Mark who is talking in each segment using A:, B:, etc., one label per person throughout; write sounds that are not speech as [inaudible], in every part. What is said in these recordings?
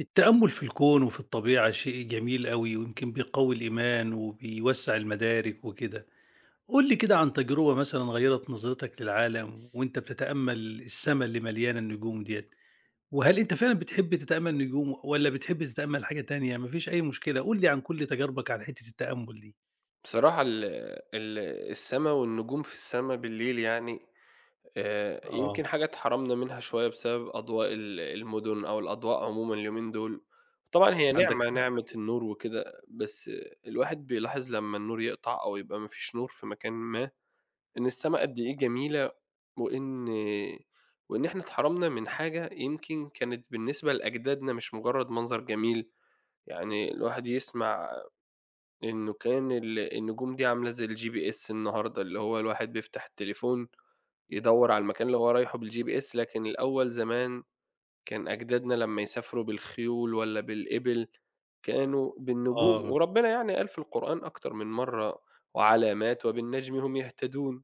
A: التأمل في الكون وفي الطبيعة شيء جميل أوي، ويمكن بيقوي الإيمان وبيوسّع المدارك وكده. قُل لي كده عن تجربة مثلًا غيّرت نظرتك للعالم وأنت بتتأمل السما اللي مليانة النجوم ديّة، وهل أنت فعلًا بتحب تتأمل نجوم والّا بتحب تتأمل حاجة تانية؟ ما فيش أي مشكلة، قُل لي عن كل تجاربك عن حتّة التأمل دي.
B: بصراحة ال ال السما والنجوم في السما بالليل
A: آه،
B: يمكن حاجة اتحرمنا منها شوية بسبب أضواء المدن أو الأضواء عمومًا اليومين دول. طبعًا هي
A: عندك
B: نعمة،
A: حق،
B: نعمة النور وكده، بس الواحد بيلاحظ لمّا النور يقطع أو يبقى ما فيش نور في مكان ما، إن السما قد إيه جميلة وإن وإن إحنا اتحرمنا من حاجة يمكن كانت بالنسبة لأجدادنا مش مجرد منظر جميل. يعني الواحد يسمع إنه كان النجوم دي عاملة زي الGPS النهارده، اللي هو الواحد بيفتح التليفون يدوّر على المكان اللي هو رايحه بالGPS، لكن الأول زمان كان أجدادنا لمّا يسافروا بالخيول والّا بالإبل، كانوا بالنجوم.
A: آه.
B: وربنا يعني قال في القرآن أكتر من مرّة: "وعلامات وبالنجم هم يهتدون."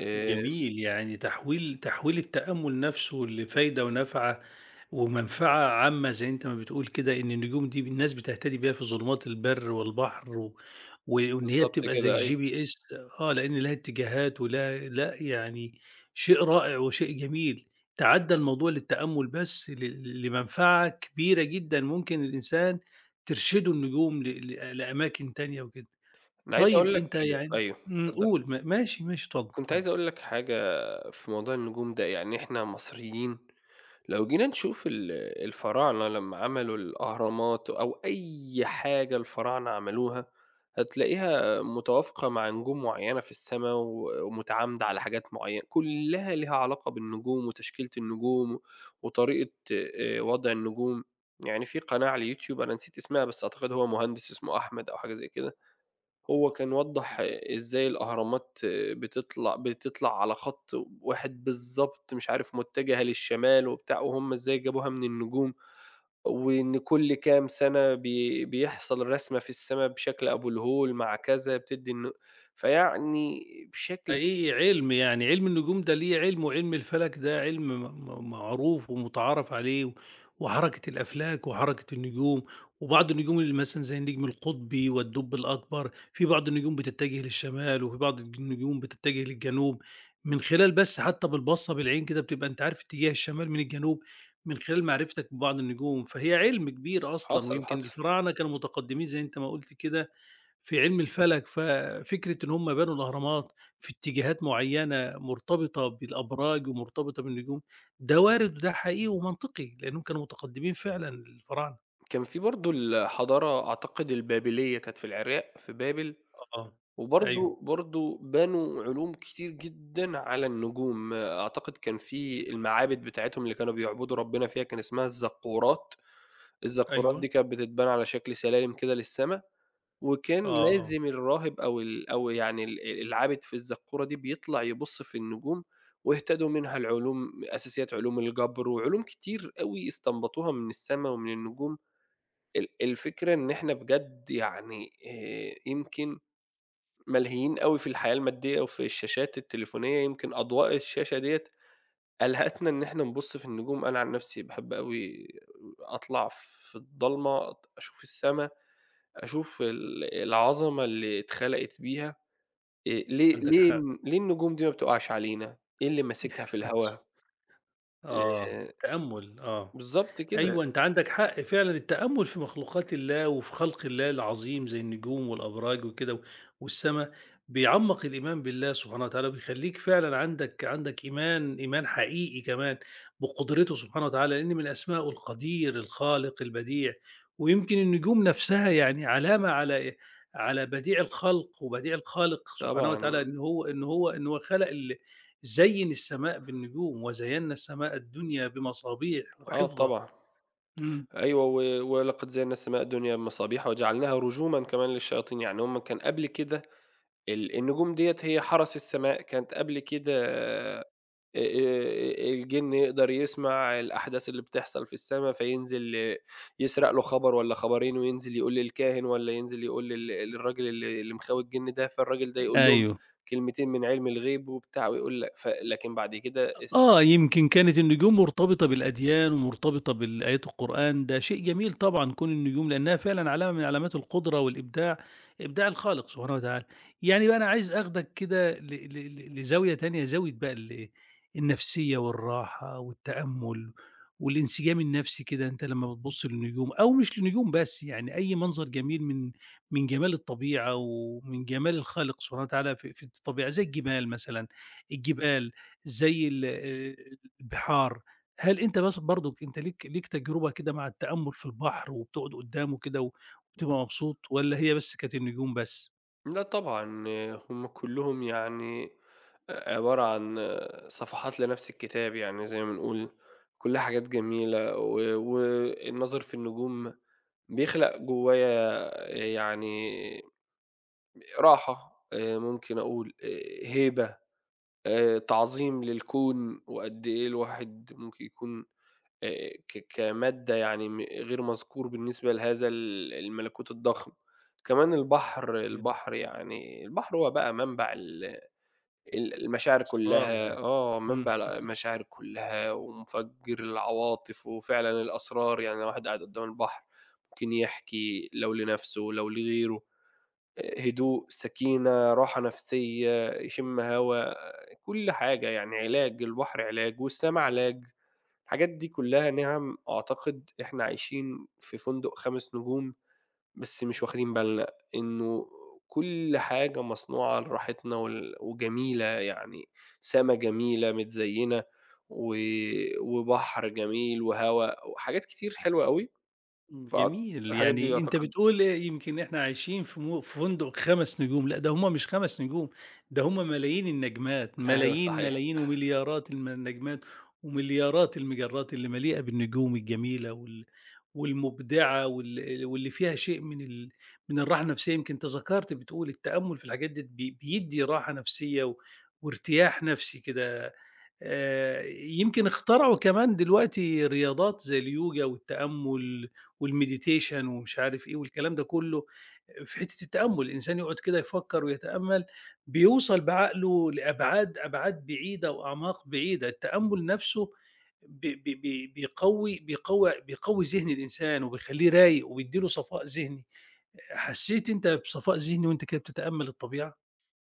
B: آآ
A: جميل، يعني تحويل التأمُّل نَفْسه لفايدة ونفعة ومنفعة عامة زي أنت ما بتقول كده، إن النجوم دي الناس بتهتدي بيها في ظلمات البر والبحر وإن هي
B: بالضبط
A: بتبقى زي
B: كده أيوه.
A: الGPS. آه، لإن لها اتجاهات ولها لأ، يعني شيء رائع وشيء جميل، تعدّى الموضوع للتأمُّل بس لمنفعة كبيرة جدًا ممكن الإنسان ترشده النجوم ل ل لأماكن تانية وكده.
B: أنا عايز
A: طيب
B: أقول لك
A: أنت يعني
B: أيوه،
A: إمم،
B: اتفضّل.
A: قُل، ماشي، ماشي، اتفضل،
B: كنت
A: اتفضل.
B: عايز أقول لك حاجة في موضوع النجوم ده، يعني إحنا مصريين لو جينا نشوف الفراعنة لمّا عملوا الأهرامات أو أي حاجة الفراعنة عملوها، هتلاقيها متوافقة مع نجوم معيّنة في السما ومتعامدة على حاجات معيّنة، كلّها ليها علاقة بالنجوم وتشكيلة النجوم وطريقة وضع النجوم. يعني في قناة على اليوتيوب أنا نسيت اسمها بس أعتقد هو مهندس اسمه أحمد أو حاجة زي كده، هو كان وضّح إزاي الأهرامات بتطلع على خط واحد بالضبط، مش عارف متجهة للشمال وبتاع، وهُم إزاي جابوها من النجوم، وإن كل كام سَنة بيحصل رسمة في السما بشكل أبو الهول مع كذا بتدّي الن فيعني بشكل
A: حقيقي علم، يعني علم النجوم ده ليه علم، وعلم الفلك ده علم معروف ومتعارف عليه وحركة الأفلاك وحركة النجوم، وبعض النجوم اللي مثلا زي النجم القطبي والدب الأكبر، في بعض النجوم بتتجه للشمال وفي بعض النجوم بتتجه للجنوب، من خلال بس حتى بالبصة بالعين كده بتبقى أنت عارف اتجاه الشمال من الجنوب من خلال معرفتك ببعض النجوم، فهي علم كبير أصلا،
B: حصل،
A: ويمكن
B: حصل.
A: الفراعنة كانوا متقدمين زي أنت ما قلت كده في علم الفلك، ففكرة إن هم بنوا الأهرامات في اتجاهات معيّنة مرتبطة بالأبراج ومرتبطة بالنجوم، ده وارد وده حقيقي ومنطقي، لأنهم كانوا متقدمين فعلًا الفراعنة.
B: كان في برضه الحضارة أعتقد البابلية كانت في العراق في بابل.
A: آه، أيوه،
B: وبرضه بنوا علوم كتير جدًا على النجوم، أعتقد كان في المعابد بتاعتهم اللي كانوا بيعبدوا ربنا فيها كان اسمها الزقورات. الزقورات
A: أيوه،
B: دي كانت بتتبنى على شكل سلالم كده للسما، وكان
A: آه، آه،
B: لازم الراهب أو العابد في الزقورة دي بيطلع يبُص في النجوم، واهتدوا منها العلوم أساسيات علوم الجبر وعلوم كتير أوي استنبطوها من السما ومن النجوم. الفكرة إن إحنا بجد يمكن ملهيين أوي في الحياة المادية وفي الشاشات التليفونية، يمكن أضواء الشاشة ديّة ألهتنا إن إحنا نبُص في النجوم. أنا عن نفسي باحب أوي أطلع في الضلمة، أشوف السما، أشوف العظمة اللي اتخلقت بيها.
A: عندك حق.
B: ليه النجوم دي ما بتقعش علينا؟ إيه اللي ماسكها في الهوا؟
A: [laughs] آه،
B: آآ
A: تأمُّل، آه.
B: بالضبط كده.
A: أيوه، أنت عندك حق فعلًا، التأمُّل في مخلوقات الله وفي خلق الله العظيم زي النجوم والأبراج وكده والسما، بيعمّق الإيمان بالله سبحانه وتعالى وبيخلّيك فعلًا عندك إيمان، إيمان حقيقي كمان بقدرته سبحانه وتعالى، لإن من أسمائه القدير، الخالق، البديع، ويمكن النجوم نَفْسها يعني علامة على إيه؟ على بديع الخلق وبديع الخالق سبحانه وتعالى،
B: طبعًا.
A: إن هو خَلَق زيّن السماء بالنجوم وزيّنَّا السماء الدنيا بمصابيح
B: آه
A: وحفظًا.
B: طبعًا.
A: إمم.
B: أيوه و "ولقد زيّنّا السماء الدنيا بمصابيح وجعلناها رجومًا كمان للشياطين". يعني هُم كان قبل كده النجوم ديّة هي حرس السماء. كانت قبل كده الجِن يقدر يسمع الأحداث اللي بتحصل في السما، فينزل آه، يسرق له خبر والّا خبرين وينزل يقول للكاهن والّا ينزل يقول للراجل اللي مخاوي الجِن ده، فالراجل ده يقول لهم
A: أيوه.
B: كلمتين من علم الغيب وبتاع ويقول لك لكن بعد كده الس
A: آه، يمكن كانت النجوم مرتبطة بالأديان ومرتبطة بالآيات القرآن، ده شيء جميل طبعًا كون النجوم لأنها فعلًا علامة من علامات القدرة والإبداع، إبداع الخالق سبحانه وتعالى. يعني بقى أنا عايز آخدك كده ل ل ل لزاوية تانية، زاوية بقى النفسية والراحة والتأمُّل والانسجام النفسي كده، أنت لمّا بتبُص للنجوم أو مش للنجوم بس، يعني أي منظر جميل من من جمال الطبيعة ومن جمال الخالق سبحانه وتعالى في الطبيعة، زي الجبال مثلًا، الجبال زي ال البحار، هل أنت بس برضك أنت ليك تجربة كده مع التأمُّل في البحر وبتقعد قدّامه كده، و وبتبقى مبسوط والّا هي بس كانت النجوم بس؟
B: لأ طبعًا. هم كلّهم يعني عبارة عن صفحات لنفس الكتاب، يعني زي ما بنقول كلّها حاجات جميلة و والنظر في النجوم بيخلق جوّايا يعني راحة ممكن أقول، هيبة، تعظيم للكون وقد إيه الواحد ممكن يكون ك كمادة يعني غير مذكور بالنسبة لهذا الملكوت الضخم. كمان البحر،
A: كده؟
B: البحر يعني البحر هو بقى منبع ال المشاعر
A: أسرار
B: كلّها
A: زي
B: آه، منبع
A: إمم،
B: المشاعر كلّها ومُفجّر العواطف وفعلًا الأسرار. يعني لو واحد قاعد قدّام البحر ممكن يحكي لو لنَفْسه لو لغيره، هدوء، سكينة، راحة نفسيّة، يشم هوا، كل حاجة يعني علاج، البحر علاج والسما علاج. الحاجات دي كلّها نِعَم أعتقد إحنا عايشين في فندق 5 نجوم، بس مش واخدين بالنا إنه كل حاجة مصنوعة لراحتنا وجميلة، يعني سما جميلة متزيّنة و وبحر جميل وهوا وحاجات كتير حلوة أوي.
A: إمم،
B: فأعت
A: جميل،
B: الحاجات دي
A: يعني أنت
B: أعتقد
A: بتقول إيه، يمكن إحنا عايشين في مو في فندق 5 نجوم، لأ ده هم مش 5 نجوم، ده هم ملايين النجمات،
B: [laughs] أيوه
A: ملايين،
B: صحيح.
A: ملايين ومليارات النجمات ومليارات المجرات اللي مليئة بالنجوم الجميلة والمُبدعة واللي فيها شيء من من الراحة النفسية، يمكن أنت ذكرت بتقول التأمُّل في الحاجات ديّة بيدّي راحة نفسية و وارتياح نفسي كده. يمكن اخترعوا كمان دلوقتي رياضات زي اليوجا والتأمُّل والMeditation ومش عارف إيه والكلام ده كُلّه، في حتّة التأمُّل، الإنسان يقعد كده يفكّر ويتأمَّل، بيوصل بعقله لأبعاد، أبعاد بعيدة وأعماق بعيدة، التأمُّل نَفْسه ب ب ب بيقوّي بيقوّي بيقوّي ذهن الإنسان وبيخلّيه رايق وبيدّي له صفاء ذهني. حسّيت أنت بصفاء ذهني وأنت كده بتتأمَّل الطبيعة؟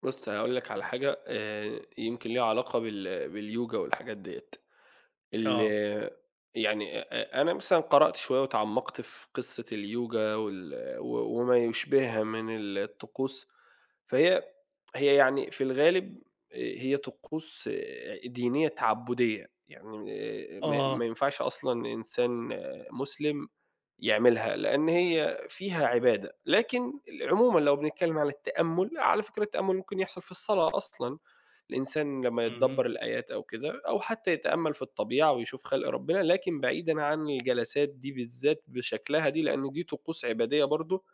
B: بُص هاقول لك على حاجة يمكن ليها علاقة باليوجا والحاجات ديّة. ال
A: آه،
B: يعني أنا مثلًا قرأت شوية واتعمقت في قصة اليوجا وال و وما يشبهها من الطقوس. فهي يعني في الغالب هي طقوس دينية تعبدية، يعني م ما ما
A: آه،
B: ينفعش أصلًا إنسان مسلم يعملها، لإن هي فيها عبادة. لكن عمومًا لو بنتكلم عن التأمُّل، على فكرة التأمُّل ممكن يحصل في الصلاة أصلًا. الإنسان لمّا
A: اهم.
B: يتدبّر الآيات أو كده، أو حتى يتأمَّل في الطبيعة ويشوف خلق ربنا، لكن بعيدًا عن الجلسات دي بالذات بشكلها دي، لإن دي طقوس عبادية برضه.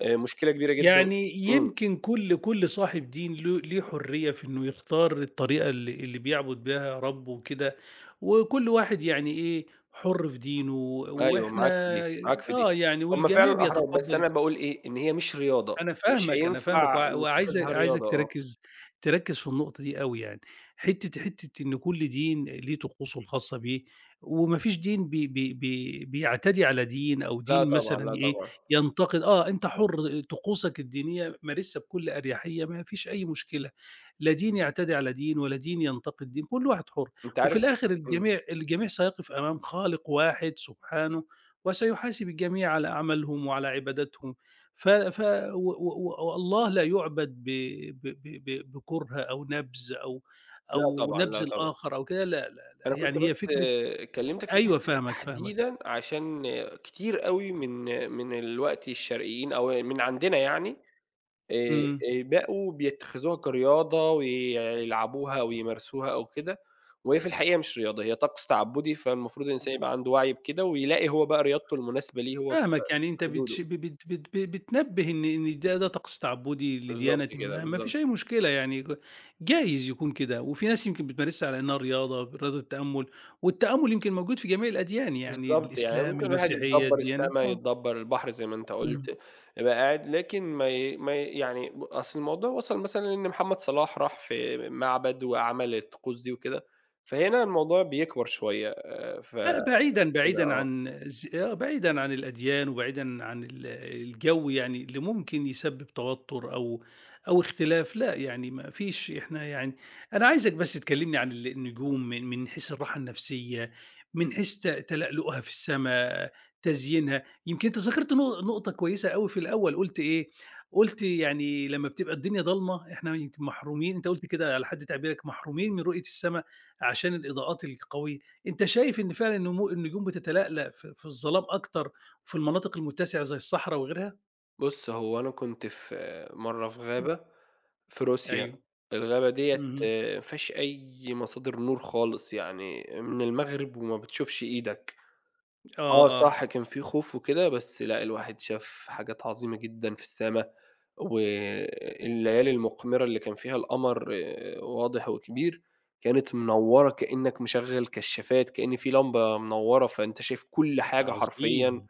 B: مشكلة كبيرة جدًا
A: يعني
B: إمم.
A: يمكن كل صاحب دين ليه حرية في انه يختار الطريقة اللي بيعبد بها ربه وكده، وكل واحد يعني ايه، حر في دينه،
B: أيوه
A: واحنا
B: معاك في دي، معاك في دي.
A: اه، يعني
B: هم
A: والجميع
B: فعلًا أحرار، بس
A: بيتقبل.
B: أنا باقول إيه، إن هي مش رياضة،
A: أنا
B: مش
A: فاهمك، أنا فاهمك،
B: هينفع
A: وعايز
B: نتخذها رياضة،
A: عايزك
B: آه.
A: تركّز في النقطة دي أوي يعني، حتّة إن كل دين ليه طقوسه الخاصة بيه، وما فيش دين بي بي بي بيعتدي على دين، أو
B: لا
A: دين
B: طبعًا،
A: مثلًا
B: لا
A: إيه،
B: طبعًا.
A: ينتقد. آه، أنت حُر طقوسك الدينية مارسها بكل أريحية، ما فيش أي مشكلة، لا دين يعتدي على دين ولا دين ينتقد دين، كل واحد حُر،
B: أنت
A: وفي
B: عارف
A: الآخر
B: إمم.
A: الجميع سيقف أمام خالق واحد سبحانه، وسيحاسب الجميع على أعمالهم وعلى عباداتهم. ف ف و و والله لا يُعبَد ب ب ب ب بكُره أو نَبْذ، أو
B: لأ
A: أو
B: طبعًا،
A: نَبْذ
B: لأ طبعًا.
A: الآخر أو كده، لا، لا، لأ،
B: أنا كنت
A: يعني هي
B: بس
A: فكرة.
B: كلّمتك في
A: أيوه
B: الحتّة دي
A: فاهمك، فاهمك.
B: تحديدًا عشان كتير أوي من الوقت الشرقيين أو من عندنا يعني
A: إمم.
B: بقوا بيتخذوها كرياضة ويلعبوها أو يمارسوها أو كده. وهي في الحقيقة مش رياضة، هي طقس تعبُّدي، فالمفروض الإنسان يبقى عنده وعي بكده ويلاقي هو بقى رياضته المناسبة ليه هو في
A: فاهمك، يعني أنت
B: حدوده.
A: بتش ب بت بت ب بتنبِّه إن إن ده طقس تعبُّدي
B: بالضبط
A: لديانةٍ
B: كده،
A: ما، ما فيش
B: بالضبط.
A: أي مشكلة، يعني جايز يكون كده، وفي ناس يمكن بتمارسها على إنها رياضة، رياضة التأمُّل، والتأمُّل يمكن موجود في جميع الأديان، يعني
B: بالضبط، يعني
A: الإسلام،
B: ممكن الواحد
A: المسيحية،
B: يتدبّر
A: الديانة
B: السما،
A: آه.
B: يتدبّر البحر زي ما أنت
A: إمم.
B: قُلت، يبقى قاعد لكن ما ي ما ي يعني ب أصل الموضوع وصل مثلًا إن محمد صلاح راح في معبد وعمل الطقوس دي وكده، فهنا الموضوع بيكبر شوية
A: لأ،
B: فكده
A: بعيدًا، بعيدًا
B: آه.
A: عن ز آه، بعيدًا عن الأديان وبعيدًا عن الجو يعني اللي ممكن يسبب توتر أو أو اختلاف، لأ، يعني ما فيش، إحنا يعني أنا عايزك بس تكلمني عن النجوم من من حيث الراحة النفسية، من حيث تلألؤها في السما، تزيينها. يمكن أنت ذكرت نقطة كويسة أوي في الأول، قُلت إيه، قُلت يعني لمّا بتبقى الدنيا ضلمة إحنا يمكن محرومين، أنت قُلت كده على حد تعبيرك محرومين من رؤية السما عشان الإضاءات القوية. أنت شايف إن فعلًا النجوم بتتلألأ في في الظلام أكتر في المناطق المتسعة زي الصحرا وغيرها؟
B: بُص، هو أنا كنت في آه، مرّة في
A: إمم.
B: غابة في روسيا.
A: أيوه.
B: الغابة ديّة
A: اهم.
B: ما فيهاش أي مصادر نور خالص، يعني من المغرب وما بتشوفش إيدك.
A: آه،
B: آه
A: آه.
B: صح، كان في خوف وكده، بس لأ، الواحد شاف حاجات عظيمة جدًا في السما. والليالي المقمرة اللي كان فيها القمر آه، واضح وكبير، كانت منوّرة كأنك مشغّل كشافات، كأن في لمبة منوّرة، فأنت شايف كل حاجة حرفيًا.
A: عظيم.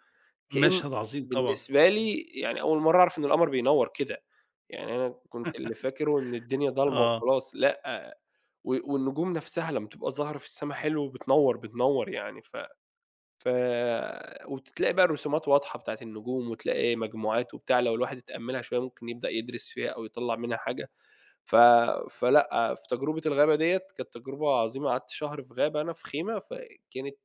B: كأن
A: مشهد عظيم طبعًا.
B: بالنسبة لي يعني أول مرّة أعرف إن القمر بينوّر كده. يعني أنا كنت اللي فاكره إن الدنيا ضلمة
A: آه.
B: وخلاص، لأ. والنجوم نفسها لمّا تبقى ظاهرة في السما حلو بتنوّر، بتنوّر يعني ف ف وبتلاقي بقى الرسومات واضحة بتاعة النجوم، وتلاقي مجموعات وبتاع، لو الواحد اتأمّلها شوية ممكن يبدأ يدرس فيها أو يطلّع منها حاجة. ف فلأ، في تجربة الغابة ديّة كانت تجربة عظيمة، قعدت شهر في غابة أنا في خيمة، فكانت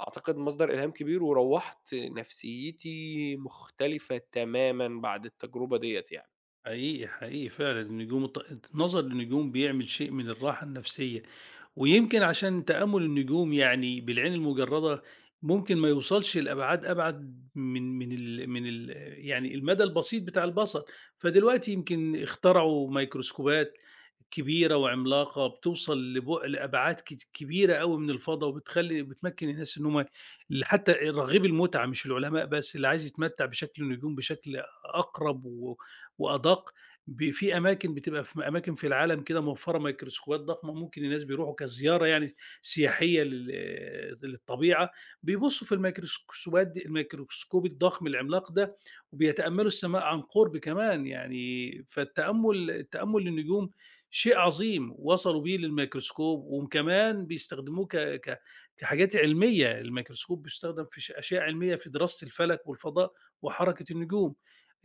B: أعتقد مصدر إلهام كبير، وروّحت نفسيتي مختلفة تمامًا بعد التجربة ديّة يعني.
A: حقيقي، حقيقي فعلًا النجوم الط النظر للنجوم بيعمل شيء من الراحة النفسية، ويمكن عشان تأمُّل النجوم يعني بالعين المجردة ممكن ما يوصلش لأبعاد أبعد من من ال من ال يعني المدى البسيط بتاع البصر، فدلوقتي يمكن اخترعوا ميكروسكوبات كبيرة وعملاقة بتوصل لبُعد لأبعاد كبيرة أوي من الفضا، وبتخلّي بتمكّن الناس إن هُم حتى الرغيب المُتعة، مش العلماء بس، اللي عايز يتمتّع بشكل النجوم بشكل أقرب و وأدق، في أماكن بتبقى في أماكن في العالم كده موفّرة ميكروسكوبات ضخمة، ممكن الناس بيروحوا كزيارة يعني سياحية للطبيعة، بيبُصّوا في الميكروسكوبات دي، الميكروسكوب الضخم العملاق ده، وبيتأمّلوا السماء عن قُرب كمان يعني، فالتأمُّل للنجوم شيء عظيم وصلوا بيه للميكروسكوب، وكمان بيستخدموه ك ك كحاجات علمية، الميكروسكوب بيستخدم في أشياء علمية في دراسة الفلك والفضاء وحركة النجوم.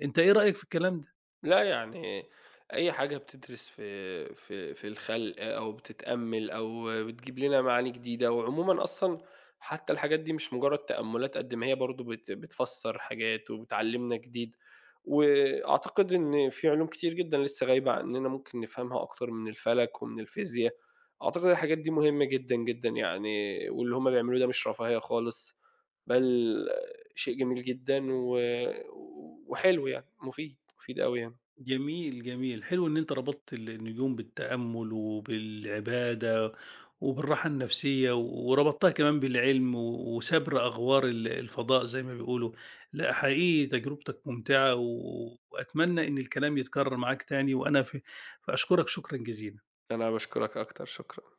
A: أنت إيه رأيك في الكلام ده؟
B: لأ، يعني أي حاجة بتدرس في الخلق أو بتتأمّل أو بتجيب لنا معاني جديدة، وعمومًا أصلًا حتى الحاجات دي مش مجرّد تأمُّلات قد ما هي برضه بتفسّر حاجات وبتعلّمنا جديد، وأعتقد إن في علوم كتير جدًا لسه غايبة عنّنا ممكن نفهمها أكتر من الفلك ومن الفيزيا. أعتقد الحاجات دي مهمة جدًا، جدًا يعني، واللي هم بيعملوه ده مش رفاهية خالص، بل شيء جميل جدًا وحلو يعني، مفيد، مفيد أوي يعني.
A: جميل، جميل. حلو إن أنت ربطت النجوم بالتأمُّل وبالعبادة وبالراحة النفسية وربطتها كمان بالعلم وسَبْر أغوار الفضاء زي ما بيقولوا. لأ، حقيقي تجربتك ممتعة وأتمنى إن الكلام يتكرّر معاك تاني، وأنا فأشكرك شكرًا جزيلًا.
B: أنا باشكرك أكتر، شكرًا.